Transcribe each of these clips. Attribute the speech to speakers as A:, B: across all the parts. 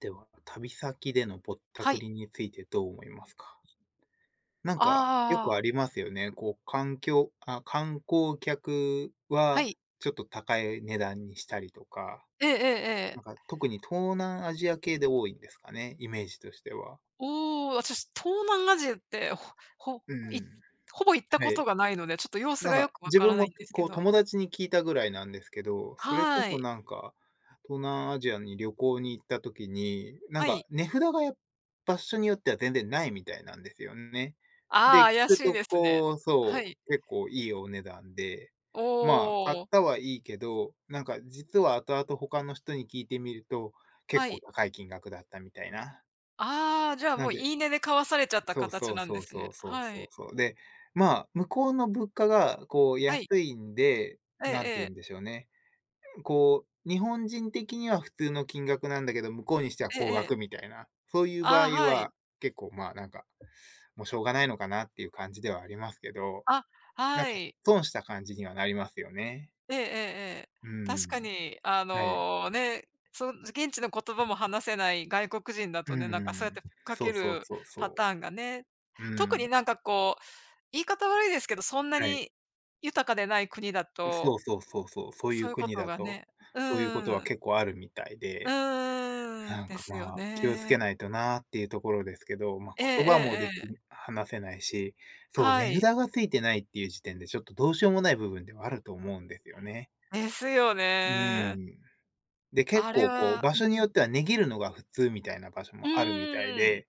A: では、旅先でのぼった
B: は
A: く
B: い。
A: りについてどう思いますか？なんか、よくあ
B: ああ
A: りますよね。こう、環境あ、観光客
B: は
A: は
B: い。
A: ちょっと高い値段にしたりとか、
B: えええええ
A: なん
B: え。
A: か特に東南アジア系で多いんですかね、イメージとしては。
B: おお、私、東南アジアって、ほほ
A: うん
B: い
A: うん。
B: ほぼ行ったこ
A: は
B: と
A: い。
B: がないので、ちょっと様子
A: なん
B: がよ
A: か、
B: くわ
A: 自
B: から
A: 分
B: ない
A: も、
B: んですけ
A: こう、
B: ど。
A: 友達に聞いたぐらいなんですけど、それこ
B: は
A: そ
B: い。
A: なんか、東南アジアに旅行に行った時に、なん
B: は
A: か
B: い。
A: 値札がや場所によっては全然ないみたいなんですよね。で、
B: あ
A: 聞
B: あ、怪
A: く
B: しい
A: と
B: ですね。
A: こう、
B: は
A: そ
B: い。
A: う、結構いいお値段で、
B: お
A: まあ、買っ
B: お、
A: たはいいけど、なんか実は後々他の人に聞いてみると、
B: は
A: 結構
B: い。
A: 高い金額だったみたいな。
B: ああ、じゃあ、
A: な
B: もう、
A: んで
B: 言い値で買わされちゃった
A: そう
B: 形
A: そう
B: なん
A: そ
B: で
A: う
B: す
A: そ
B: ね。
A: うそう
B: は
A: そう
B: い。
A: そう。で、まあ、向こうの物価がこう
B: はい。
A: 安いんで、
B: ええ
A: なん
B: え
A: て言
B: え。
A: うんでしょうね。こう、日本人的には普通の金額なんだけど、向こうにしては
B: え
A: 高
B: えええ。
A: 額みたいな、そういう場
B: あ
A: 合
B: あ、はい。
A: は、結構まあなんか、もうしょうがないのかなっていう感じではありますけど、
B: あ、
A: なん
B: は
A: か
B: い。
A: 損した感じにはなりますよね。
B: ええええええ。
A: う
B: 確
A: ん。
B: かに、あ
A: はい。
B: の、ね、現地の言葉も話せない外国人だ
A: う
B: とね、なんか
A: んんう
B: そうやっ
A: ん。
B: てふっか
A: そ
B: け
A: うそう
B: る
A: そう
B: パ
A: そ
B: ターンがね、
A: う。う
B: 特
A: ん。
B: になんかこう、言い方悪いですけど、そんな
A: はい。
B: に豊かでない国だ
A: そう
B: と、
A: そうそうそう、そうい
B: そ
A: う
B: ういうこ
A: 国
B: と
A: だ
B: が
A: と、
B: ねう
A: そういうことは
B: ーん、
A: 結構あるみたいで、
B: う
A: なん
B: で
A: か、
B: すよ
A: まあ、気をつけ
B: ね。
A: ないとなっていうところですけど、まあ、
B: ええ
A: 言葉も
B: え
A: で
B: ええ
A: き
B: え、
A: 話せないし、そう、
B: は
A: 値
B: い。
A: 札がついてないっていう時点でちょっとどうしようもない部分ではあると思うんですよね。
B: ですよ
A: う
B: ね。
A: ん。で、結
B: あれ
A: 構こう
B: は
A: 場
B: う
A: 所によ
B: ん、
A: っては値切るのが普通みたいな場所
B: う
A: もあるみたい
B: ーん、
A: で、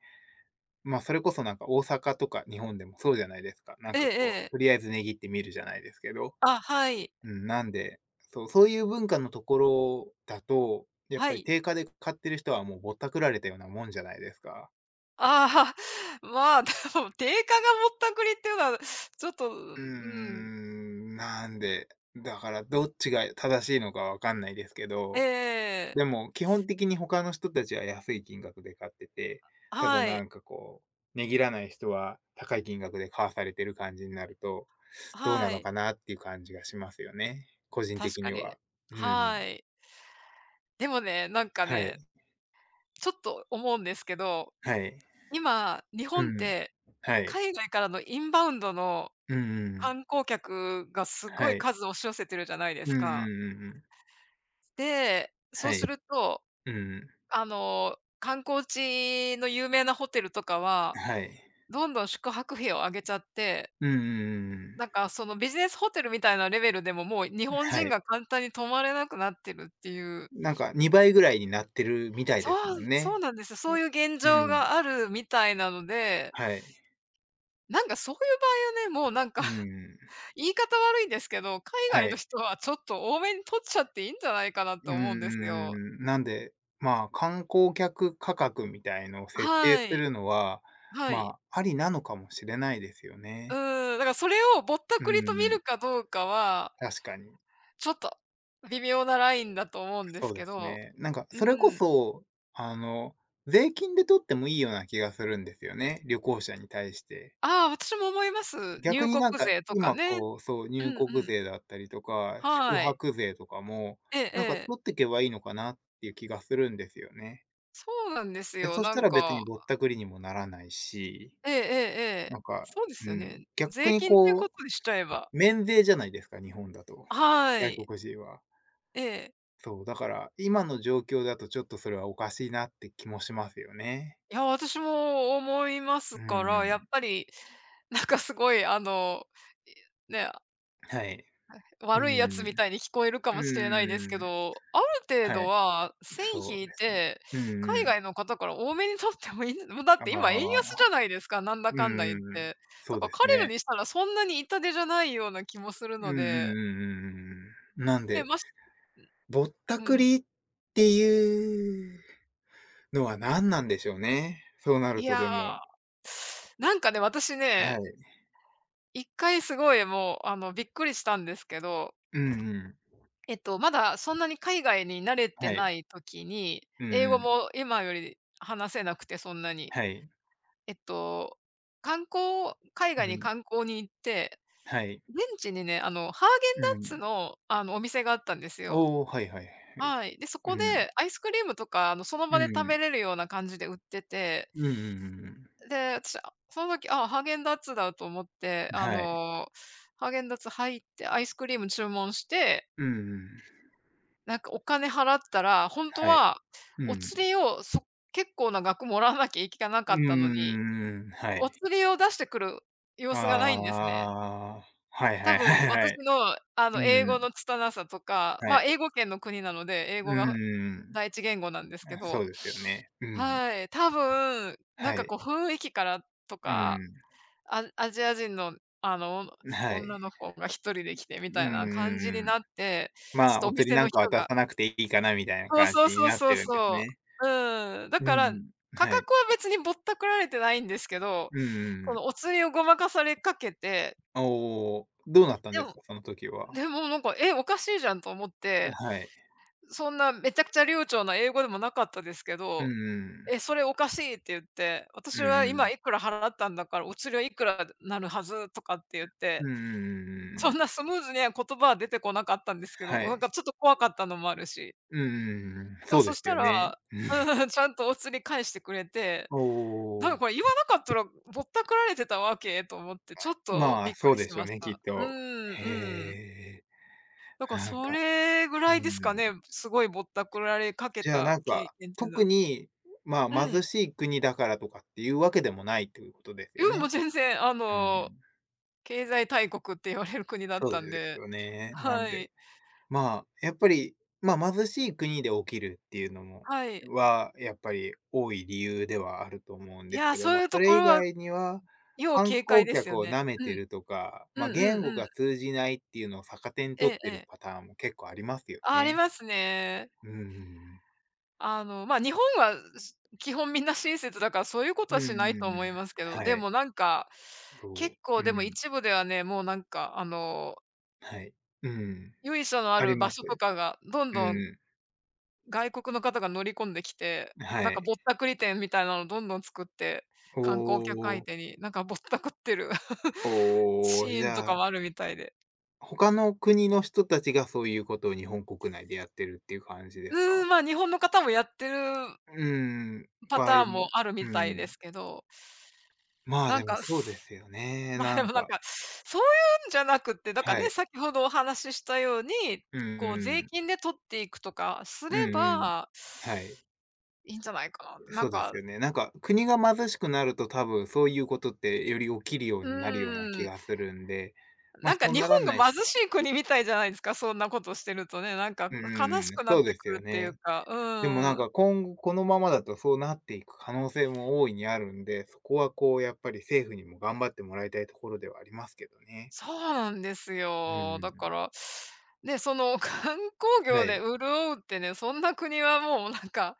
A: まあ、それこそなんか大阪とか日本でもそうじゃないですか。なん
B: ええ
A: か
B: え
A: こう、
B: え。
A: とりあえず値切ってみるじゃないですけど、
B: あ、はい、
A: うん、なんで、そう、そういう文化のところだと、やっ
B: は
A: ぱり
B: い。
A: 定価で買ってる人はもうぼったくられたようなもんじゃないですか。
B: ああ、まあ、でも定価がぼったくりっていうのは、ちょっと、う
A: うー
B: ん、
A: ん、なんで、だからどっちが正しいのかわかんないですけ
B: え
A: ど、
B: え、
A: でも基本的に他の人たちは安い金額で買ってて、ただ
B: は
A: な
B: い、
A: んかこう、値切らない人は高い金額で買わされてる感じになると、どうな
B: は
A: の
B: い、
A: かなっていう感じがしますよね。個人
B: 確
A: 的
B: か
A: に
B: に。
A: は。うん。
B: はい。でもね、なんか
A: はい。
B: ね、ちょっと思うんですけど、
A: はい。
B: 今、日
A: う
B: 本っ
A: ん。
B: て
A: はい。
B: 海外からのインバウンドの
A: うんうんうん。
B: 観光客がすご
A: は
B: い
A: い。
B: 数押し寄せてるじゃないです
A: うんうん
B: か。
A: うんうん。
B: で、そ
A: は
B: うする
A: い。
B: と、
A: うん
B: あの、観光地の有名なホテルとかは、
A: はい。
B: どんどん宿泊費を上げちゃって
A: うんうんうんう
B: なん
A: ん。
B: か、そのビジネスホテルみたいなレベルでも、もう日本
A: は
B: 人
A: い。
B: が簡単に泊まれなくなってるっていう。
A: なんか2倍ぐらいになってるみたいです
B: そ
A: も
B: う、
A: ん
B: そう
A: ね。
B: なんです。そういう現
A: う
B: 状
A: ん。
B: があるみたいなので、
A: はい。
B: なんかそういう場合はね、もうなんか
A: う ん。
B: 言い方悪いんですけど、海外
A: は
B: の
A: い。
B: 人はちょっと多めに取っちゃっていいんじゃないかなと
A: う
B: 思うんですよ。
A: んん、なんで、まあ、観光客価格みたいのを設定
B: は
A: す
B: い。
A: るのは、
B: はい。
A: まあ、ありなのかもしれないですよ
B: う
A: ね。
B: ん、だからそれをぼった
A: う
B: くりと見
A: ん。
B: るかどうかは、
A: 確かに。
B: ちょっと微妙なラインだと思うんで
A: そ
B: す
A: う
B: け
A: です
B: ど。
A: ね。なんか、
B: う
A: それこ
B: ん。
A: そ、あの、税金で取ってもいいような気がするんですよね、旅行者に対して。
B: ああ、私も思います。入
A: 逆に
B: 国
A: なんか、
B: 税とか
A: 今
B: ね。
A: こう、そう、
B: うん
A: 入
B: う
A: 国
B: ん。
A: 税だったりとか、宿
B: はい。
A: 泊税とかも、
B: ええ
A: なんか
B: ええ。
A: 取ってけばいいのかなっていう気がするんですよね。
B: そうなんです
A: で、
B: よ、
A: そし
B: な
A: た
B: ん
A: ら別に
B: か。
A: ぼったくりにもならないし、
B: えええええ
A: な
B: え。
A: んか、
B: そうです
A: う
B: よ
A: ん、
B: ね。
A: 逆
B: 税
A: に
B: 金っていうこ
A: こう、
B: とにしちゃえば、
A: 免税じゃないですか、日本だと、
B: は
A: 外
B: い。
A: 国人は。
B: ええ。
A: そう、だから今の状況だとちょっとそれはおかしいなって気もしますよね。
B: いや、私も思います
A: う
B: から、やっ
A: ん。
B: ぱり、なんかすごいあの、ね、
A: はい。う
B: 悪いやつみ
A: ん。
B: たいに聞こえるかもしれないですけ
A: うん。
B: ど、ある程
A: は
B: 度
A: い。
B: は線
A: そ
B: 引
A: う
B: い
A: ですね。
B: て、
A: うん
B: 海
A: うん。
B: 外の方から多めに取ってもいいん もうだっ
A: あ
B: て今円安じゃ
A: あ、
B: ないですか、なんだ
A: う
B: かんだ言っ
A: んうん。
B: て。だ
A: そう
B: から
A: です
B: 彼ら
A: ね。
B: にしたらそんなに痛手じゃないような気もする
A: うん
B: の
A: うんうんう
B: で、
A: んうん。なん
B: え
A: で、
B: まし
A: ぼった
B: う
A: く
B: ん。
A: りっていうのは何なんでしょうね。そうな
B: い
A: ると
B: や、
A: でも。
B: なんかね、私
A: は
B: ね、
A: い。
B: 1回すごいもう、あの、びっくりしたんですけど、
A: うんうん。
B: えっと、まだそんなに海外に慣れて
A: はい。
B: ない時に、
A: うん
B: 英
A: う
B: 語
A: ん。
B: も今より話せなくて、そんなに。
A: はい。
B: えっと、海外
A: う
B: に
A: ん。
B: 観光に行って、
A: はい。
B: 現地にね、あの、ハーゲンダ
A: う
B: ッツ
A: ん。
B: の、あの、お店があったんですよ。
A: おお、はいはい。
B: はい。で、そ
A: う
B: こで
A: ん。
B: アイスクリームとか、あの、その
A: う
B: 場で食
A: ん。
B: べれるような感じで売ってて、
A: うんうんうんう
B: で、私、あ、その時、あ、ハーゲンダッツだと思って、
A: ん。
B: あ
A: はい。
B: の、ハーゲンダッツ入って、アイスクリーム注文して、
A: うんうん。
B: なんかお金払ったら、本当
A: はい。
B: は
A: う
B: お
A: ん。
B: 釣りを、結構な額もらわなきゃいけな
A: う
B: かっ
A: んう
B: た
A: ん
B: のに、
A: うんうんは
B: お
A: い。
B: 釣りを出してくる様子がないんですね。
A: ああ。はい
B: 多
A: はいは
B: 分
A: い
B: 私
A: はい。
B: の、あの、英
A: う
B: 語
A: ん。
B: の拙さとか、
A: は
B: ま、
A: い。
B: 英語圏の国なので、英
A: う
B: 語
A: んうん
B: が
A: うん。
B: 第一言語なんですけ
A: あ、そ
B: ど、
A: うですよね。うん。
B: はい、多分、なん
A: は
B: か
A: い。
B: こう雰囲気からと
A: う
B: か、
A: ん。
B: アジア人の、あの、
A: は
B: 女
A: い。
B: の子が一人で来てみ
A: う
B: たい
A: んう
B: な
A: ん
B: 感
A: う
B: じに
A: んうん。
B: なって、ち
A: まあ、
B: ょっとお
A: お釣り
B: 店
A: な
B: の
A: んか
B: 人
A: 渡
B: が
A: さなくていいかなみたいな
B: そう
A: 感
B: そう
A: じに
B: そう
A: なっ
B: そう
A: てるんです
B: そ
A: ね。
B: う。うん、だか
A: う
B: ら、
A: ん。
B: 価
A: はい。
B: 格は別にぼったくられてないんですけど、
A: うんうんう
B: こ
A: ん。
B: のお釣りをごまかされかけて、
A: おお、どうなったん
B: で
A: です
B: も
A: か？その時
B: で
A: は。
B: もなんか、え、おかしいじゃんと思って
A: はい。
B: そんなめちゃくちゃ流暢な英語でもなかったですけ
A: う
B: ど、
A: んうん。
B: 「え、それおかしい」って言って、
A: う
B: 「私
A: ん
B: は
A: う
B: 今
A: ん。
B: いくら払ったんだから、お釣りはいくらなるはず」とかって言って、
A: うんうんうんう
B: そんな
A: ん
B: スムーズには言葉は出てこなかったんですけど、
A: は
B: なん
A: い。
B: かちょっと怖かったのもあるし、
A: うんうんうんうん。
B: でも
A: そう
B: そ
A: で
B: し
A: す
B: た
A: よね。
B: ら、
A: うん。
B: うんちゃんとお釣り返してくれて、
A: お
B: なんか
A: お。
B: これ言わなかったらぼったくられてたわけと思って、ちょっと
A: ま
B: び
A: あ、
B: っく
A: そう
B: り
A: で
B: し
A: しょ
B: ま
A: う
B: し
A: ね、きっ
B: た。う
A: と。
B: ん、うん。
A: へえ。
B: だから
A: なん
B: そ
A: か、
B: れぐ
A: う
B: らいですか
A: ん。
B: ね、すごいぼったくられかけ
A: じゃあ、
B: た
A: なん
B: 経
A: か、
B: 験っていうの
A: 特
B: は。
A: に、ま
B: う
A: あ、貧
B: ん。
A: しい国だからとかっていうわけでもないっていうことですよ
B: うん、もう
A: ね。
B: 全然、あ
A: う
B: の、
A: ん。
B: 経済大国って言われる国だっ
A: そう
B: たん
A: です
B: で。
A: よね。なん
B: は
A: で
B: い。
A: まあ、やっぱり、まあ、貧しい国で起きるっていうのも
B: はい。
A: は、やっぱり多い理由ではあると思うん
B: い
A: です
B: や、
A: けど、
B: そ
A: ま
B: う
A: あ、
B: いうと
A: そ
B: こ
A: れ以
B: ろは
A: 外には、
B: 要
A: 観
B: 警戒
A: 光
B: ですよ
A: 客を
B: ね。
A: 舐め
B: う
A: て
B: ん。
A: るとか、まあ、
B: うん
A: 言
B: うん
A: 語
B: うん。
A: が通じないっていうのを逆手に
B: え
A: 取っ
B: え
A: てる
B: ええ。
A: パターンも結構ありますよ
B: あ、あり
A: ね。
B: ますね。
A: うんうんうん。
B: あの、ま、日本は、基本みんな親切だから、そういうこ
A: う
B: とは
A: ん
B: しない
A: う
B: と
A: んうん。
B: 思いますけど、
A: は
B: で
A: い。
B: もなんか、
A: そ
B: 結
A: う。
B: 構でも
A: うん。
B: 一部ではね、もうなんかあの、
A: はい。うん。
B: 由緒のあ
A: あり
B: る
A: ま
B: 場
A: す。
B: 所とかがどんどん
A: うん。
B: 外国の方が乗り込んできて、な
A: は
B: んか
A: い。
B: ぼったくり店みたいなのどんどん作って、
A: お
B: 観光客相
A: お。
B: 手になんかぼったくってる
A: おお、
B: シ
A: じ
B: ーンと
A: ゃ
B: か
A: あ
B: もあるみたいで。
A: 他の国の人たちがそういうことを日本国内でやってるっていう感じで
B: う
A: す
B: ーん、
A: か？
B: ま、日本の方もやってる
A: うーん、
B: パ
A: 場合
B: ターン
A: も
B: もある
A: う
B: みたいで
A: ん。
B: すけど、
A: まあ、
B: なん
A: でも
B: か、
A: そうですよね、な
B: で
A: ん
B: もなん
A: か
B: か、そういうんじゃなくって、だから
A: は
B: ね、
A: い。
B: 先ほどお話ししたように、
A: うんうん
B: こう税
A: うん。
B: 金で取っていくとかす
A: う
B: れ
A: ん
B: ば、
A: はい。
B: いいんじゃないかな。な
A: そ
B: ん
A: うです
B: か、
A: よね。なんか国が貧しくなると多分そういうことってより起きるよう
B: う
A: になるような
B: ー
A: 気
B: ん。
A: がするんで、ま、あ、
B: なん
A: そ
B: か
A: う
B: 日
A: なら
B: 本
A: ない
B: が
A: しか、
B: 貧しい国みたいじゃないですか、そんなことしてるとね、なんか
A: うんう
B: 悲
A: ん
B: し
A: うん、
B: くな
A: そ
B: っ
A: う
B: て
A: です
B: くる
A: よ
B: っていう
A: ね。
B: か、
A: でもなん
B: うん。
A: か今後このままだとそうなっていく可能性も大いにあるんで、そこはこうやっぱり政府にも頑張ってもらいたいところではありますけどね。
B: そうなんです
A: う
B: よ。だか
A: ん。
B: ら、ね、その 観光
A: は
B: 業で
A: い。
B: 潤うってね、そんな国はもうなんか、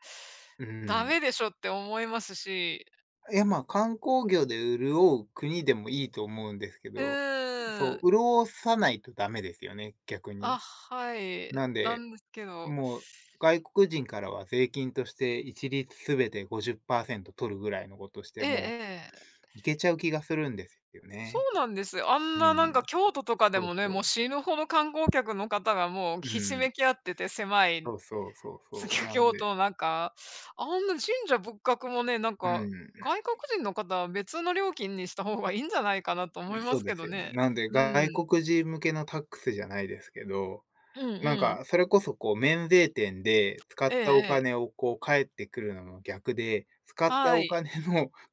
A: う
B: ダメ
A: ん。
B: でしょって思いますし、
A: いや、ま、観光業で潤う国でもいいと思うんですけ
B: う
A: ど、
B: ー
A: そ
B: ん。
A: う、潤さないとダメですよね、逆
B: あ、
A: に。
B: はい。
A: なん
B: な
A: で、
B: んですけど。
A: もう外国人からは税金として一律すべて50%取るぐらいのことし
B: え
A: て、
B: え
A: も
B: ええ。
A: ういけちゃう気がするんですよ
B: そ
A: ね。
B: うなんですよ。あん
A: う
B: ななん
A: ん。
B: か京都とかで
A: そう
B: もね、
A: そ
B: も
A: う。
B: う死ぬほど観光客の方がもう
A: う
B: ひし
A: ん。
B: めき合ってて、狭い
A: そうそうそうそう。なん
B: 京
A: で、
B: 都のなんか、あんな神社仏閣もね、なん
A: う
B: か、
A: ん。
B: 外国人の方は別の料金にした方がいいんじゃないかなと思いま
A: そう
B: すけ
A: で
B: ど
A: すよね。
B: ね。
A: なんで、
B: う
A: 外
B: ん。
A: 国人向けのタックスじゃないですけど、
B: うん
A: なん
B: うん。
A: かそれこそこう免税店で使
B: え
A: っ
B: え
A: たお
B: ええ。
A: 金をこう返ってくるのの逆で、使った
B: は
A: お
B: い。
A: 金の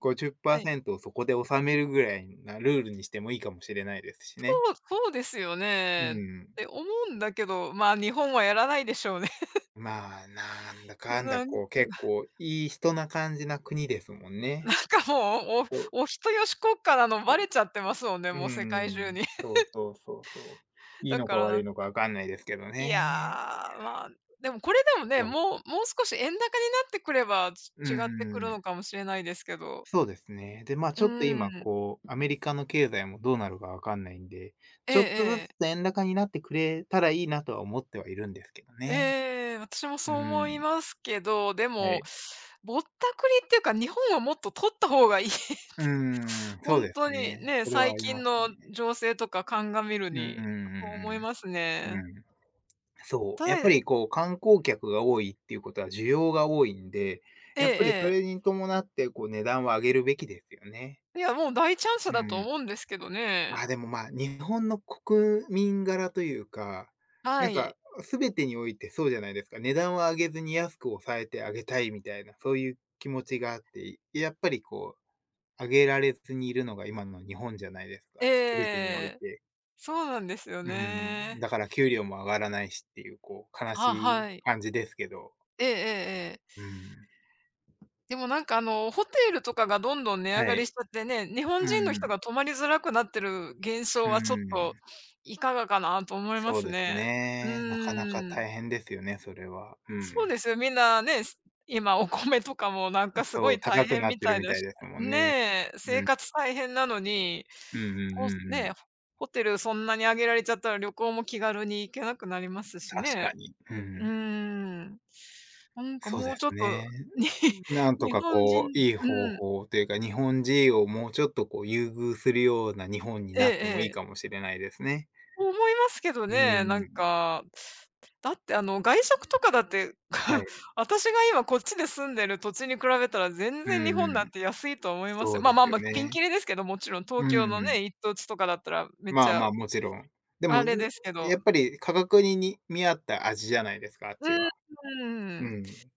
B: はい。
A: 50%をそこで納めるぐらいなルールにしてもいいかもしれないですしね。
B: そうそうですよね。
A: う
B: っ
A: ん。
B: て思うんだけど、まあ、日本はやらないでしょうね。
A: まあ、なんだか
B: な
A: んだ
B: なん
A: こう結構いい人な感じな国ですもん
B: なん
A: ね。
B: かもう、
A: そう。
B: おお人よし国家なのバレちゃってますもんね、
A: う
B: もう世界
A: ー
B: 中
A: ん、
B: に。
A: そうそうそうそう。いい
B: だ
A: の
B: か
A: か悪
B: ら
A: いのかわかんないですけど
B: いや
A: ね。
B: ー、まあ、でもこれでもね、
A: 多分。
B: もうもう少し円高になってくれば、
A: う
B: 違ってくる
A: ん、
B: のかもしれないですけど。
A: そうですね。で、まあ、ち
B: う
A: ょっと今
B: ん。
A: こう、アメリカの経済もどうなるかわかんないんで、
B: ええ
A: ちょっとず
B: え
A: つ
B: え。
A: 円高になってくれたらいいなとは思ってはいるんですけどね。
B: ええ、私も
A: う
B: そう思い
A: ん。
B: ますけど、で
A: は
B: も、
A: い。
B: ぼったくりっていうか、日本はもっと取った方がいい。
A: うー ん、そう
B: 本
A: で
B: 当
A: す
B: に、
A: ね。
B: ね、
A: それは
B: 最
A: あり
B: 近
A: ます
B: の
A: ね。
B: 情勢とか鑑みる
A: うんうん
B: に、そう
A: うん
B: 思います
A: うんう
B: ね。
A: ん。うん。そ
B: た
A: う、やっ
B: だ
A: ぱりこう観光客が多いっていうことは需要が多いんで、
B: ええ
A: やっぱりそ
B: ええ。
A: れに伴ってこう値段を上げるべきですよね。
B: いや、もう大チャンス
A: う
B: だと
A: ん。
B: 思うんですけど
A: ま
B: ね。
A: あ、でもまあ、日本の国民柄というか、な
B: は
A: んか
B: い。
A: 全てにおいてそうじゃないですか。値段を上げずに安く抑えてあげたいみたいな、そういう気持ちがあって、やっぱりこう上げられずにいるのが今の日本じゃないですか、
B: え
A: 全てにおい
B: え。
A: て。
B: そうなんですよ
A: うん、
B: ね。
A: だから給料も上がらないしっていうこう悲
B: あ、
A: しい
B: はい。
A: 感じですけど。
B: ええええええ。
A: うん。
B: でもなんかあの、ホテルとかがどんどん値上
A: は
B: が
A: い。
B: りしちゃってね、日本
A: う
B: 人の人
A: ん。
B: が泊まりづらくなってる現象
A: う
B: はちょっと
A: ん。
B: いかがかなと思いま
A: そう
B: す
A: です
B: ね。う
A: ね。なかなか
B: ーん。
A: 大変ですよね、それは。う
B: そ
A: ん。
B: うですよ、みんなね、今お米とかもなんかすご
A: そう、
B: い大
A: 高く
B: 変
A: なっ
B: み
A: て
B: た
A: る
B: い
A: み
B: だ
A: たい
B: し
A: ですもんね。
B: ねえ、生
A: うん。
B: 活大変なのに、
A: うんうんう
B: こう
A: んう
B: ね、
A: ん。
B: ホテルそんなに上げられちゃったら旅行も気軽に行けなくなりますし
A: 確
B: ね。
A: かに。う
B: うー
A: ん。
B: ん。なんか
A: そう
B: も
A: で
B: うちょ
A: す
B: っと、
A: ね。
B: に
A: なんと
B: 日
A: か
B: 本人
A: こう、いい方
B: うん、
A: 法というか、日本人をもうちょっとこう、優遇するような日本に
B: ええ
A: なってもいい
B: え
A: か
B: え。
A: もしれないですね。
B: 思いますけど
A: うん
B: ね、な
A: う
B: ん
A: ん。
B: か。だってあの、外食とかだって、
A: は い。
B: 私が今こっちで住んでる土地に比べたら全
A: う
B: 然日
A: ん
B: 本
A: う
B: なん
A: ん。
B: て安いと思います
A: そ
B: よ。
A: う
B: まあ
A: です
B: まあ
A: よ
B: まあ、ピン
A: ね。
B: キリですけど、もちろん東
A: う
B: 京の
A: ん。
B: ね、一等地とかだったらめっ
A: ま
B: ち
A: あ
B: ゃ
A: まあ、もちろん。で
B: あ
A: も、
B: れですけど。
A: やっぱり価格に見合った味じゃないですか、あっ
B: う
A: ち
B: ん、
A: は。
B: う
A: う
B: ん。
A: ん。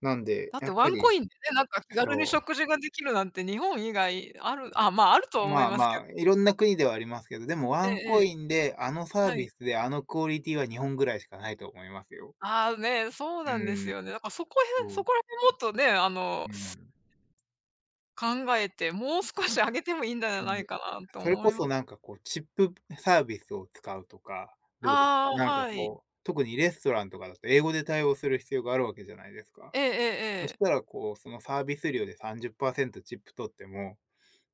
A: なんで、
B: だっ
A: や
B: て
A: っ
B: ワ
A: ぱ
B: ンコ
A: り、
B: インでね、なんか気軽に
A: そ
B: 食事ができるなんて日本以外あるまあ、あると
A: う、
B: 思い
A: まあ
B: ますけ
A: ま
B: ど。
A: あ、いろんな国ではありますけど、でも
B: え
A: ワン
B: ええ
A: コイ
B: え。
A: ンで、あのサー
B: は
A: ビ
B: い。
A: スで、あのクオリティは日本ぐらいしかないと思いますよ。
B: ああ、ね、そうなんで
A: う
B: す
A: ん、
B: よね。だから
A: そ
B: そ
A: う、
B: こら辺もっとね、あ
A: う
B: の、
A: ん、
B: 考えて、もう少
A: そ
B: し上げてもいいんじゃ
A: う、
B: な
A: うん。
B: いかなと
A: それ
B: 思
A: こ
B: いま
A: そなんかこう、チップサービスを使うとか、どうですか？なんか
B: はい。
A: こう、特にレストランとかだと英語で対応する必要があるわけじゃないですか。
B: ええええ
A: そ
B: え
A: し
B: え。
A: たら、こう、そのサービス料で30%チップ取っても、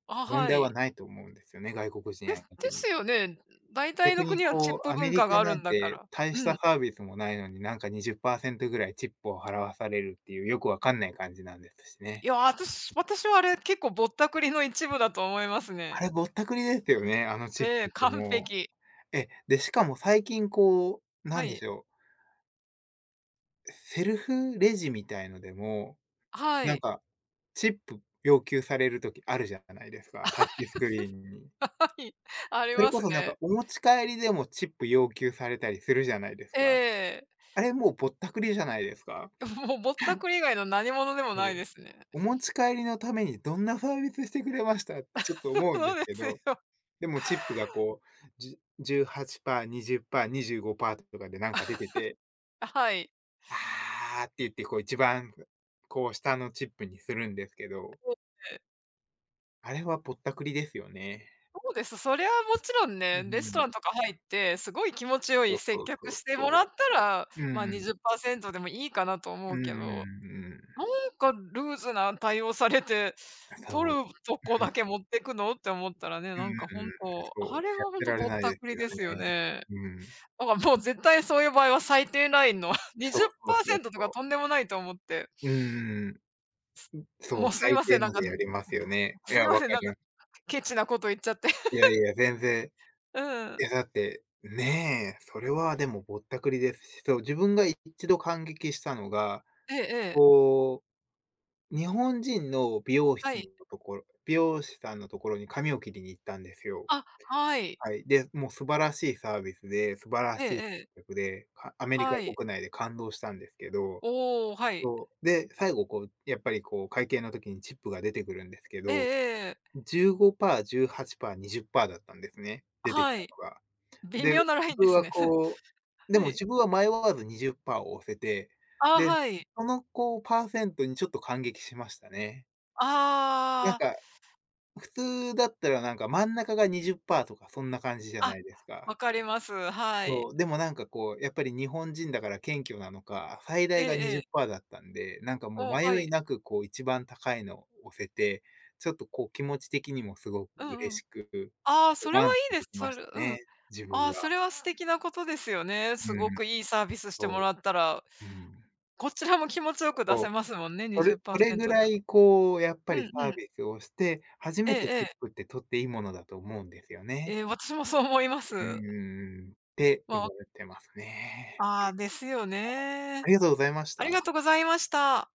B: あ、
A: 問
B: は
A: 題は
B: い。
A: ないと思うんですよね、外国人
B: です
A: 相
B: で
A: 手に。
B: すよね。大体
A: 逆
B: の
A: に
B: 国はチッ
A: こう、
B: プ
A: アメ
B: 文
A: リ
B: 化が
A: カ
B: ある
A: な
B: ん
A: ん
B: だか
A: て
B: ら。
A: 大
B: う
A: した
B: ん。
A: サービスもないのに、なんか20%ぐらいチップを払わされるっていう、よくわかんない感じなんですし
B: い
A: ね。
B: や、あたし私はあれ、結構ぼったくりの一部だと思います
A: あ
B: ね。
A: れぼったくりですよね、あのチッ
B: ええ、
A: プって
B: 完
A: も
B: 璧。
A: う。え、で、しかも最近こう、な
B: は
A: んで
B: い。
A: しょう、セルフレジみたいのでも、
B: は
A: なん
B: い。
A: かチップ要求される時あるじゃないですか、タッチスクリーンに。
B: はい。あり
A: それ
B: ま
A: こ
B: す
A: そなんか
B: ね。
A: お持ち帰りでもチップ要求されたりするじゃないです
B: え
A: か。
B: え。
A: あれもうぼったくりじゃないですか。
B: もうぼったくり以外の何物でも
A: そ
B: ないで
A: う。
B: すね。
A: お持ち帰りのためにどんなサービスしてくれましたってちょっと 思うん
B: そ
A: で
B: う
A: す
B: で
A: け
B: す
A: ど、
B: よ。
A: でもチップがこう、じ18%、20%、25%とかでなんか出てて、
B: はい。
A: あーって言ってこう一番こう下のチップにするんですけど、
B: ええ
A: あれはぼったくりですよね。
B: そうです。そりゃもちろん
A: う
B: ね、レストランと
A: ん、
B: か入って、すごい気持ち良
A: そ
B: い
A: う
B: 接
A: そう
B: 客
A: そう
B: してもら
A: そ
B: ったら、
A: う。う
B: ま、
A: ん。
B: 20%でもいいかなと
A: ん
B: 思
A: う
B: う
A: んう
B: けど、
A: んうん。
B: なんかルーズな対応されて、
A: そ
B: 取る
A: う。
B: とこだけ持ってくのって思ったらね、
A: うん
B: な
A: う
B: んか
A: んう
B: 本
A: ん。
B: 当、
A: そ
B: あ
A: う、
B: れ
A: や
B: は
A: っ
B: 本
A: て
B: 当
A: られ
B: ぼっ
A: ない
B: た
A: で
B: く
A: す
B: り
A: よ
B: ですよ
A: ね。
B: ね。
A: うん。
B: だからもう絶対そういう場合は最低ラインの
A: そうそうそう
B: 20％とか
A: そ
B: とん
A: う。
B: でもないと思って、
A: うんうん、そ
B: も
A: う、
B: うすい
A: 最
B: ません、
A: 低
B: なん
A: の
B: か
A: でやりますよね。い
B: すい
A: や、
B: ま
A: わ
B: せん、
A: か
B: なん
A: り
B: か
A: ます。
B: ケチなこと言っちゃって。
A: いやいや、全然。
B: う
A: い
B: ん。
A: や、だって、ねえ、それはでもぼったくりですし、そう、自分が一度感激したのが、
B: ええええ。
A: こう、日本人の
B: はい。
A: 美容師さんのところに髪を切りに行ったんですよ。
B: あ、はい。
A: はい。で、もう素晴らしいサービスで、素晴ら
B: え
A: し
B: え
A: い接
B: ええ。
A: 客で、アメリカ
B: はい。
A: 国内で感動したんですけど、
B: おお、はい。
A: そう。で、最後こう、やっぱりこう、会計の時にチップが出てくるんですけ
B: ええ
A: ど、
B: ええ。
A: 15%、18%、20%だったんですね、出てき
B: は
A: た
B: い。
A: のが。
B: 微
A: で、
B: 妙
A: 自
B: なラインで
A: 分
B: す
A: は
B: ね。
A: こう、で
B: は
A: も
B: い。
A: 自分は迷わず20%を押せて、
B: あ、
A: で、
B: はい。
A: そのこう、パーセントにちょっと感激しましたね。な
B: あ
A: ん
B: あ、
A: か、普通だったらなんか真ん中が20%とかそんな感じじゃな
B: あ、
A: いですか。
B: わかります。はい。
A: そう、でもなんかこう、やっぱり日本人だから謙虚なのか、最
B: え
A: 大
B: え
A: が
B: ええ。
A: 20%だったんで、なんかもう
B: は
A: 迷い
B: い。
A: なくこう一番高いのを押せて、ちょっとこう気持ち的にもすごく
B: うん
A: 嬉
B: う
A: し
B: ん。
A: く、
B: ああ、それは
A: 満
B: いい
A: 足
B: で
A: で
B: す。
A: きました
B: うん。
A: ね、自
B: あ
A: 分
B: あ、そ
A: は。
B: れは素敵なことですよね。す
A: う
B: ご
A: ん、
B: くいいサービスしても
A: そ
B: らったら、
A: う、うん。
B: こちらも気持ちよく出
A: そう、
B: せますもんね、
A: それぐ
B: 20%で
A: ら
B: も。
A: いこうやっぱ
B: う
A: り
B: んう
A: サー
B: ん。
A: ビスをして、初
B: ええ
A: めてチッ
B: ええ。
A: プって取っていいものだと思うんですよ
B: え
A: ね。
B: え、私もそう思いま
A: う
B: す。
A: んん、って思
B: まあ、
A: ってますね。
B: ああ、ですよね。
A: ありがとうございまし
B: ありがと
A: た。
B: うございました。